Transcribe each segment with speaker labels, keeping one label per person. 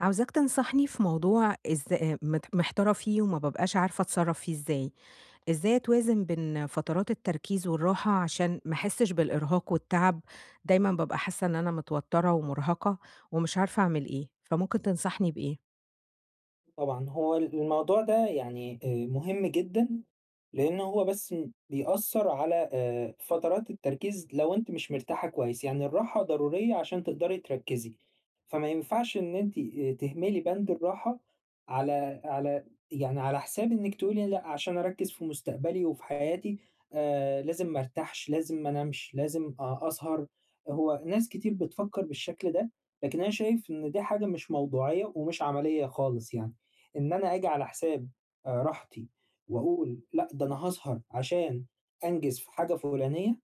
Speaker 1: عاوزاك تنصحني في موضوع إزا مت محتارة فيه وما بابقاش عارفة أتصرّف فيه إزاي، إزاي أتوازن بين فترات التركيز والراحة عشان ما أحسّش بالإرهاق والتعب، دايمًا بابقى حاسة إن أنا متوترة ومُرهقة ومش عارفة أعمل إيه، فممكن تنصحني بإيه؟
Speaker 2: طبعًا هو الموضوع ده يعني مهم جدًا، لإن هو بس م بيأثّر على فترات التركيز لو أنتِ مش مرتاحة كويس، يعني الراحة ضرورية عشان تقدري تركّزي، فما ينفعش إن أنتِ تهملي بند الراحة على على يعني على حساب إنِّك تقولي لأ عشان أركّز في مستقبلي وفي حياتي. لازم ما أرتاحش، لازم ما أنامش، لازم أسهر، هو ناس كتير بتفكّر بالشكل ده، لكن أنا شايف إن دي حاجة مش موضوعية ومش عملية خالص يعني. إن أنا آجي على حساب راحتي وأقول لأ، ده أنا هاسهر عشان أنجز في حاجة فُلانية،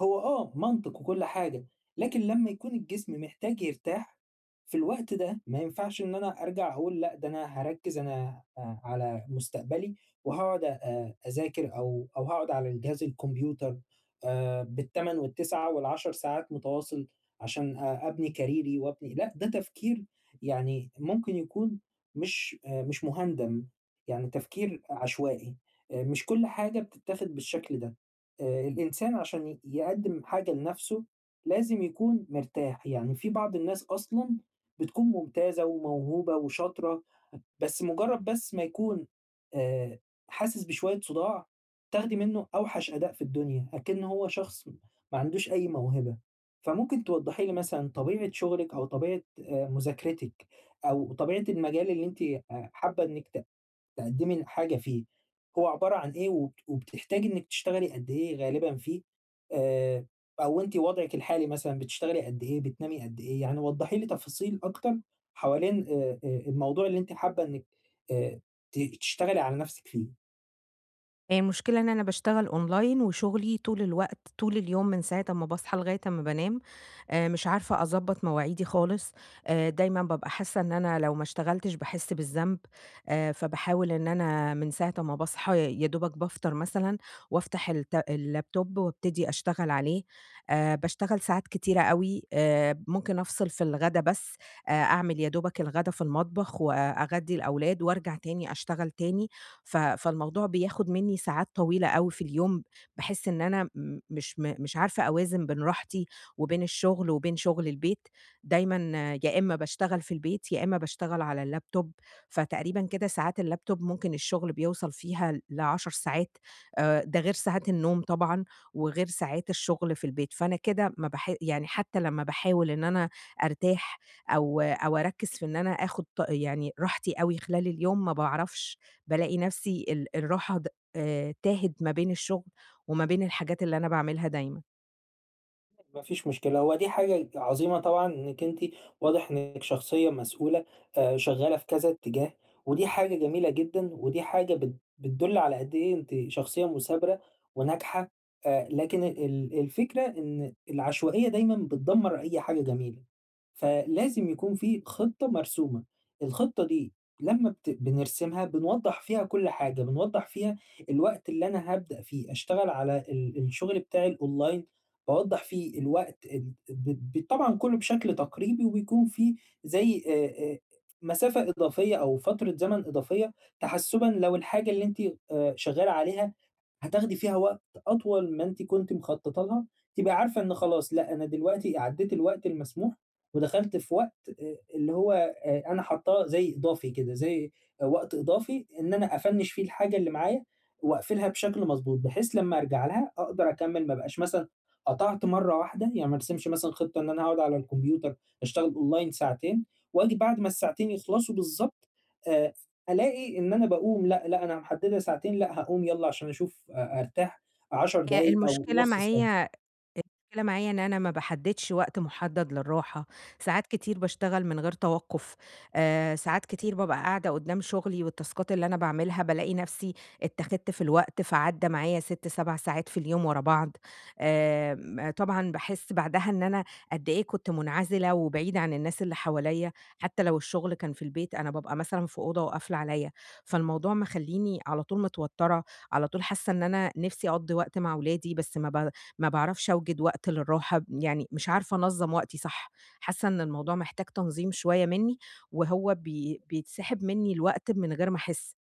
Speaker 2: هو منطق وكل حاجة، لكن لمّا يكون الجسم محتاج يرتاح، في الوقت ده ما ينفعش إن أنا أرجع أقول لأ، ده أنا هاركّز أنا على مستقبلي وهاقعد أذاكر أو هاقعد على الجهاز الكمبيوتر بال8 وال9 وال10 ساعات متواصل عشان أبني كاريري وأبني لأ، ده تفكير يعني ممكن يكون مش مُهندم، يعني تفكير عشوائي. مش كل حاجة بتتاخد بالشكل ده. الإنسان عشان يقدّم حاجة لنَفْسه لازم يكون مرتاح، يعني في بعض الناس أصلًا بتكون ممتازة وموهوبة وشاطرة، بس مُجرّد بس ما يكون آآ حاسس بشوية صُداع، تاخدي منّه أوحش أداء في الدنيا، أكِن هو شخص ما عندوش أي موهبة. فممكن توضّحي لي مثلًا طبيعة شُغلِك أو طبيعة مذاكرتِك أو طبيعة المجال اللي أنتِ حابة إنِّك تقدّمي حاجة فيه، هو عبارة عن إيه وبتحتاجي إنِّك تشتغلي قد إيه غالبًا فيه آآ، أو أنتِ وضعِك الحالي مثلًا بتشتغلي قد إيه، بتنامي قد إيه، يعني وضّحي لي تفاصيل أكتر حوالين الموضوع اللي أنتِ حابة إنِّك آآ، تشتغلي على نَفْسِك فيه.
Speaker 1: هي المشكلة إن أنا باشتغل أونلاين، وشغلي طول الوقت، طول اليوم من ساعة أمّا باصحى لغاية أمّا بانام. مش عارفة أضبّط مواعيدي خالص. دايمًا بابقى حاسة إن أنا لو ما اشتغلتش باحس بالذنب. فباحاول إن أنا من ساعة أمّا باصحى يا دوبك بافطر مثلًا، وافتح اللابتوب وابتدي أشتغل عليه. باشتغل ساعات كتيرة أوي، ممكن أفصل في الغدا بس. أعمل يا دوبك الغدا في المطبخ، وأغدّي الأولاد، وارجع تاني أشتغل تاني، فالموضوع بياخد منّي ساعات طويلة أوي في اليوم، باحس إن أنا م مش م مش عارفة أوازن بين راحتي وبين الشغل وبين شغل البيت، دايمًا آه، يا إمّا باشتغل في البيت، يا إمّا باشتغل على اللابتوب، فتقريبًا كده ساعات اللابتوب ممكن الشغل بيوصل فيها لـ10 ساعات، ده غير ساعات النوم طبعًا، وغير ساعات الشغل في البيت، فأنا كده ما باح يعني حتى لمّا باحاول إن أنا أرتاح أو أركّز في إن أنا آخُد يعني راحتي أوي خلال اليوم ما باعرفش. بالاقي نفسي الراحة تاهت ما بين الشغل وما بين الحاجات اللي أنا باعملها دايمًا.
Speaker 2: مفيش مشكلة، هو دي حاجة عظيمة طبعا، انك انت واضح انك شخصية مسؤولة، آه، شغالة في كذا اتجاه، ودي حاجة جميلة جدا، ودي حاجة بتدل على قد ايه انت شخصية مثابرة وناجحة. آه، لكن الفكرة ان العشوائية دايما بتدمر اي حاجة جميلة، فلازم يكون في خطة مرسومة. الخطة دي لما بنرسمها بنوضح فيها كل حاجة، بنوضح فيها الوقت اللي انا هبدأ فيه اشتغل على الشغل بتاعي الاونلاين، باوضّح فيه الوقت ال ب ب طبعًا كلّه بشكل تقريبي، وبيكون في زي آآ، مسافة إضافية أو فترة زمن إضافية تحسُّبًا لو الحاجة اللي أنتِ شغّالة عليها هتاخدي فيها وقت أطول ما أنتِ كنتِ مخططة لها، تبقى عارفة إن خلاص لأ، أنا دلوقتي عدّيت الوقت المسموح ودخلت في وقت اللي هو أنا حاطاه زي إضافي كده، زي آه، وقت إضافي إن أنا أفنِّش فيه الحاجة اللي معايا وأقفلها بشكل مضبوط، بحيث لمّا أرجع لها أقدر أكمّل، ما ابقاش مثلًا قطعت مرّة واحدة، يعني ما ارسمش مثلًا خطة إن أنا هاقعد على الكمبيوتر أشتغل أونلاين ساعتين وآجي بعد ما الساعتين يخلصوا بالضبط آآ ألاقي إن أنا باقوم لأ، لأ، أنا محددة ساعتين لأ، هاقوم يالّا عشان أشوف أرتاح 10
Speaker 1: هي
Speaker 2: دقايق أو
Speaker 1: المشكلة
Speaker 2: نُص ساعة.
Speaker 1: معايا المشكلة معايا إن أنا ما باحددش وقت محدد للراحة، ساعات كتير باشتغل من غير توقف، ساعات كتير بابقى قاعدة قدّام شغلي والتاسكات اللي أنا باعملها بالاقي نفسي اتّخدت في الوقت فعدّى معايا 6، 7 ساعات في اليوم ورا بعض. طبعًا باحس بعدها إن أنا قد إيه كنت منعزلة وبعيدة عن الناس اللي حواليّا، حتى لو الشغل كان في البيت أنا بابقى مثلًا في أوضة وقافلة عليّا، فالموضوع مخلّيني على طول متوترة، على طول حاسة إن أنا نفسي أقضّي وقت مع ولادي بس ما باعرفش أوجد وقت للراحة، يعني مش عارفة أنظّم وقتي صح، حاسة إن الموضوع محتاج تنظيم شوية منّي، وهو بيتسحب منّي الوقت من غير ما أحس.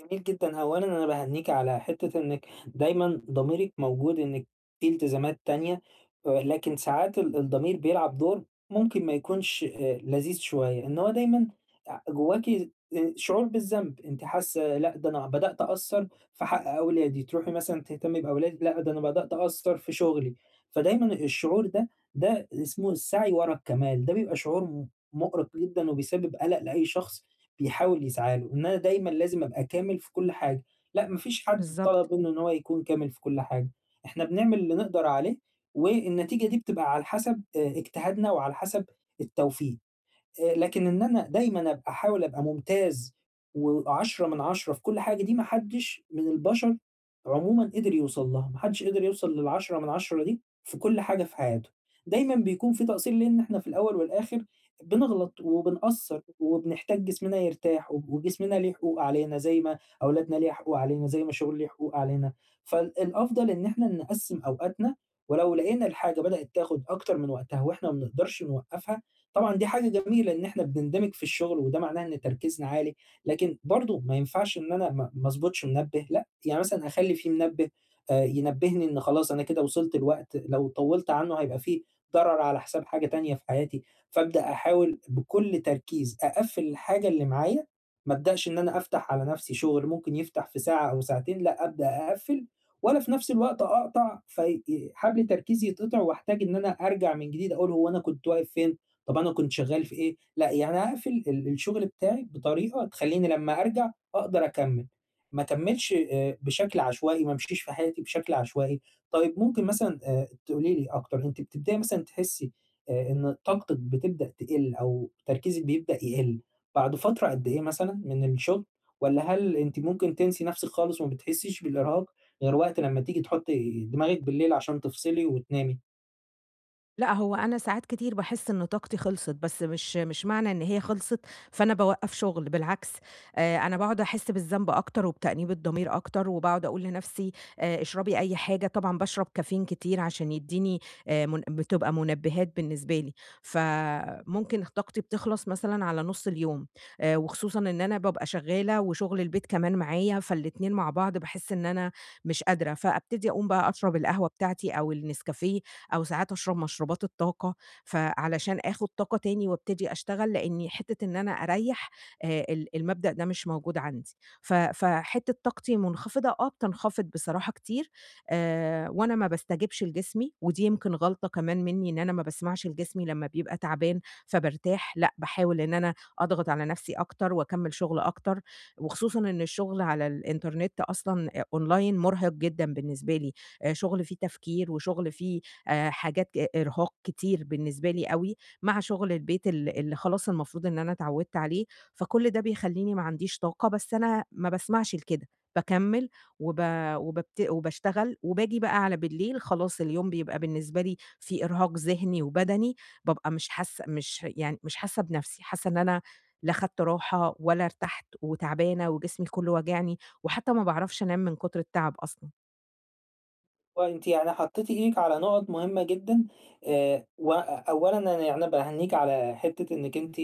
Speaker 2: جميل جدًا، أولًا أنا باهنّيكِ على حتّة إنِّك دايمًا ضميرِك موجود إنِّك في التزامات تانية، ولكن ساعات الضمير بيلعب دور ممكن ما يكونش لذيذ شوية، إن هو دايمًا جواكِ شعور بالذنب، أنتِ حاسة لأ ده أنا بدأت أقصّر في حق أولادي، تروحي مثلًا تهتمي بأولادِك، لأ ده أنا بدأت أقصّر في شغلي، فدايمًا الشعور ده، ده اسمه السعي ورا الكمال، ده بيبقى شعور مُؤرق جدًا وبيسبب قلق لأي شخص بيحاول يسعى له، إن أنا دايمًا لازم أبقى كامل في كل حاجة، لأ ما فيش حد
Speaker 1: بالضبط.
Speaker 2: طلب منه إن هو يكون كامل في كل حاجة، إحنا بنعمل اللي نقدر عليه والنتيجة دي بتبقى على حسب اجتهادنا وعلى حسب التوفيق. لكن إن أنا دايمًا أبقى أحاول أبقى ممتاز و10 من 10 في كل حاجة دي ما حدّش من البشر عمومًا قدر يوصل لها، ما حدّش قدر يوصل لل10 من 10 دي في كل حاجة في حياته. دايمًا بيكون في تقصير لإن إحنا في الأول والآخر بنغلط وبنقصّر وبنحتاج جسمنا يرتاح وجسمنا ليه حقوق علينا، زي ما أولادنا ليها حقوق علينا، زي ما الشغل ليه حقوق علينا. فالأفضل إن إحنا نقسّم أوقاتنا، ولو لقينا الحاجة بدأت تاخد أكتر من وقتها وإحنا ما بنقدرش نوقّفها، طبعًا دي حاجة جميلة إن إحنا بنندمج في الشغل، وده معناه إن تركيزنا عالي، لكن برضه ما ينفعش إن أنا ما اضبطش منبه، لأ، يعني مثلًا أخلّي في منبه ينبهني إن خلاص أنا كده وصلت الوقت، لو طوّلت عنه هيبقى في ضرر على حساب حاجة تانية في حياتي، فابدأ أحاول بكل تركيز أقفّل الحاجة اللي معايا، ما ابدأش إن أنا أفتح على نفسي شغل ممكن يفتح في ساعة أو ساعتين، لأ، أبدأ أقفّل، ولا في نفس الوقت أقطع في حبل تركيزي يتقطع، واحتاج إن أنا أرجع من جديد أقول هو أنا كنت واقف فين؟ طب أنا كنت شغال في إيه، لأ يعني هاقفل الشغل بتاعي بطريقة تخلّيني لمّا أرجع أقدر أكمّل، ما أكمّلش بشكل عشوائي، ما أمشيش في حياتي بشكل عشوائي. طيب ممكن مثلًا تقولي لي أكتر، أنتِ بتبدئي مثلًا تحسّي إن طاقتِك بتبدأ تقِل أو تركيزِك بيبدأ يقِل بعد فترة قد إيه مثلًا من الشغل، والّا هل أنتِ ممكن تنسي نَفْسِك خالص وما بتحسّيش بالإرهاق غير وقت لمّا تيجي تحطّي دماغِك بالليل عشان تفصلي وتنامي؟
Speaker 1: لأ، هو أنا ساعات كتير باحس إن طاقتي خلصت، بس مش معنى إن هي خلصت فأنا باوقّف شغل، بالعكس أنا باقعد أحس بالذنب أكتر وبتأنيب الضمير أكتر، وباقعد أقول لنفسي اشربي أي حاجة، طبعًا باشرب كافيين كتير عشان يدّيني من بتبقى منبهات بالنسبة لي، فممكن طاقتي بتخلص مثلًا على نُص اليوم، وخصوصًا إن أنا بابقى شغالة وشغل البيت كمان معايا، فالاتنين مع بعض باحس إن أنا مش قادرة، فأبتدي أقوم بقى أشرب القهوة بتاعتي أو النسكافيه أو ساعات أشرب مشروبات الطاقة، فعلشان آخُد طاقة تاني وابتدي أشتغل، لإني حتّة إن أنا أريّح المبدأ ده مش موجود عندي. فحتّة طاقتي منخفضة، آه بتنخفض بصراحة كتير، وأنا ما باستجبش لجسمي، ودي يمكن غلطة كمان منّي إن أنا ما باسمعش لجسمي لمّا بيبقى تعبان فبارتاح، لأ باحاول إن أنا أضغط على نَفْسي أكتر وأكمّل شُغل أكتر، وخصوصًا إن الشُغل على الإنترنت أصلًا online مُرهِق جدًا بالنسبة لي، شُغل فيه تفكير وشُغل فيه حاجات إرهاق كتير بالنسبة لي أوي، مع شغل البيت اللي خلاص المفروض إن أنا اتعودت عليه، فكل ده بيخلّيني ما عنديش طاقة، بس أنا ما باسمعش لكده، باكمّل وب وباشتغل وباجي بقى على بالليل خلاص اليوم بيبقى بالنسبة لي في إرهاق ذهني وبدني، بابقى مش حاسة بنفسي، حاسة إن أنا لا خدت راحة ولا ارتحت وتعبانة وجسمي كُلّه واجعني، وحتى ما باعرفش أنام من كتر التعب أصلًا.
Speaker 2: وأنتِ يعني حطيتِ إيدِك على نُقط مهمة جدًا، وأولًا أنا يعني أنا باهنّيكِ على حتة إنِّك أنتِ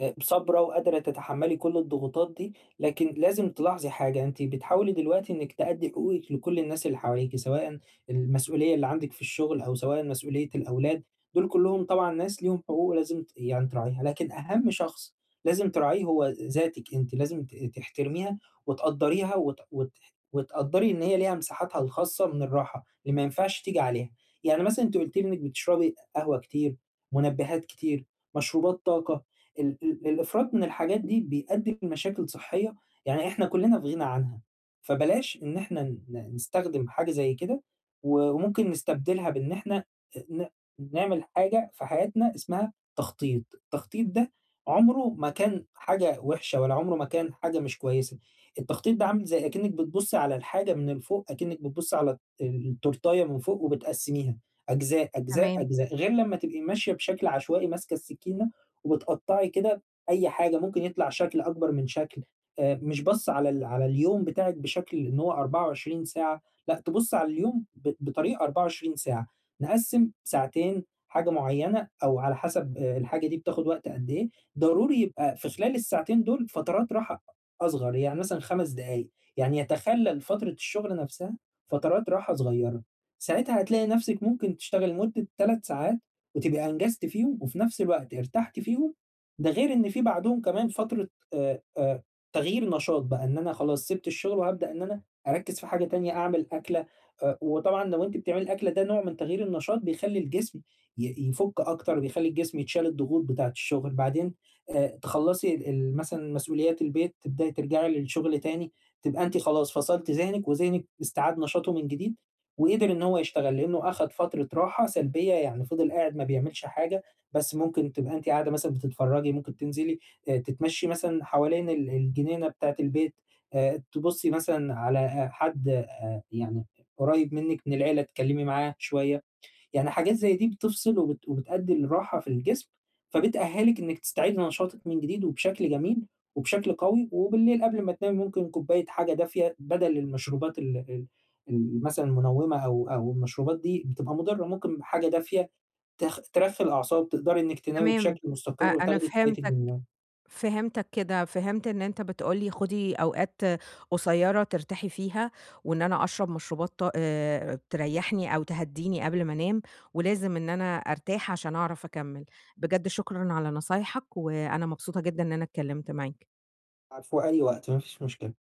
Speaker 2: صابرة وقادرة تتحمّلي كل الضغوطات دي، لكن لازم تلاحظي حاجة، أنتِ بتحاولي دلوقتي إنِّك تأدّي حقوقِك لكل الناس اللي حواليكِ، سواءً المسؤولية اللي عندِك في الشغل أو سواءً مسؤولية الأولاد، دول كلّهم طبعًا ناس ليهم حقوق ولازم ت يعني تراعيها، لكن أهم شخص لازم تراعيه هو ذاتِك أنتِ، لازم تحترميها وتقدّريها وت وت وتقدّري إن هي ليها مساحتها الخاصة من الراحة، اللي ما ينفعش تيجي عليها. يعني مثلا انت قلت لي انك بتشربي قهوة كتير، منبهات كتير، مشروبات طاقة، ال ال الإفراط من الحاجات دي بيؤدي لمشاكل صحية يعني إحنا كلنا في غنى عنها، فبلاش إن إحنا نستخدم حاجة زي كده، وممكن نستبدلها بإن إحنا ن نعمل حاجة في حياتنا اسمها تخطيط. التخطيط ده عمره ما كان حاجة وحشة ولا عمره ما كان حاجة مش كويسة، التخطيط ده عامل زي أكنك بتبُصّي على الحاجة من لفوق، أكنك بتبُصّي على التورتاية من فوق وبتقسّميها أجزاء، أجزاء،
Speaker 1: تمام.
Speaker 2: أجزاء، غير لمّا تبقي ماشية بشكل عشوائي ماسكة السكينة وبتقطّعي كده أي حاجة، ممكن يطلع شكل أكبر من شكل. مش باصّة على ال على اليوم بتاعِك بشكل إن هو 24 ساعة، لأ تبُصّي على اليوم ب بطريقة 24 ساعة، نقسّم ساعتين حاجة معيّنة أو على حسب الحاجة دي بتاخد وقت قد إيه، ضروري يبقى في خلال الساعتين دول فترات راحة أصغر، يعني مثلًا 5 دقايق، يعني يتخلّل فترة الشغل نفسها فترات راحة صغيرة، ساعتها هتلاقي نفسِك ممكن تشتغلي لمدة 3 ساعات وتبقي أنجزتِ فيهم وفي نفس الوقت ارتحتِ فيهم، ده غير إن في بعدهم كمان فترة آآ آآ تغيير نشاط بقى، إن أنا خلاص سِبت الشغل وهابدأ إن أنا أركّز في حاجة تانية، أعمل أكلة وطبعًا لو أنتِ بتعملي الأكلة ده نوع من تغيير النشاط بيخلّي الجسم يفُك أكتر، بيخلّي الجسم يتشال الضغوط بتاعة الشغل، بعدين تخلّصي ال ال مثلًا مسؤوليات البيت، تبدئي ترجعي للشغل تاني. تبقى أنتِ خلاص فصلتِ ذهنِك، وذهنِك استعاد نشاطه من جديد، وقدر إن هو يشتغل، لإنه أخد فترة راحة سلبية، يعني فضل قاعد ما بيعملش حاجة، بس ممكن تبقى أنتِ قاعدة مثلًا بتتفرّجي، ممكن تنزلي تتمشّي مثلًا حوالين الجنينة بتاعة البيت، تبُصّي مثلًا على حد يعني قريب منِّك من العيلة، تتكلّمي معاه شوية. يعني حاجات زي دي بتفصل وبتأدي لراحة في الجسم، فبتأهّلِك إنِّك تستعيدي نشاطِك من جديد وبشكل جميل وبشكل قوي، وبالليل قبل ما تنامي ممكن كوباية حاجة دافية بدل المشروبات ال ال ال مثلًا المنوِّمة أو المشروبات دي بتبقى مُضرّة، ممكن حاجة دافية ترخّي الأعصاب، تقدري إنِّك تنامي
Speaker 1: تمام.
Speaker 2: بشكل مستقر
Speaker 1: أنا
Speaker 2: وتاخدي كفايتِك من
Speaker 1: فهمتك.
Speaker 2: النوم.
Speaker 1: فهمتك كده، فهمت إن أنت بتقول لي خدي أوقات قصيّرة ترتاحي فيها، وإن أنا أشرب مشروبات ط تريّحني أو تهدّيني قبل ما أنام، ولازم إن أنا أرتاح عشان أعرف أكمّل. بجد شكرًا على نصايحك، وأنا مبسوطة جدًا إن أنا اتكلّمت معاك.
Speaker 2: عفوا، أي وقت ما فيش مشكلة.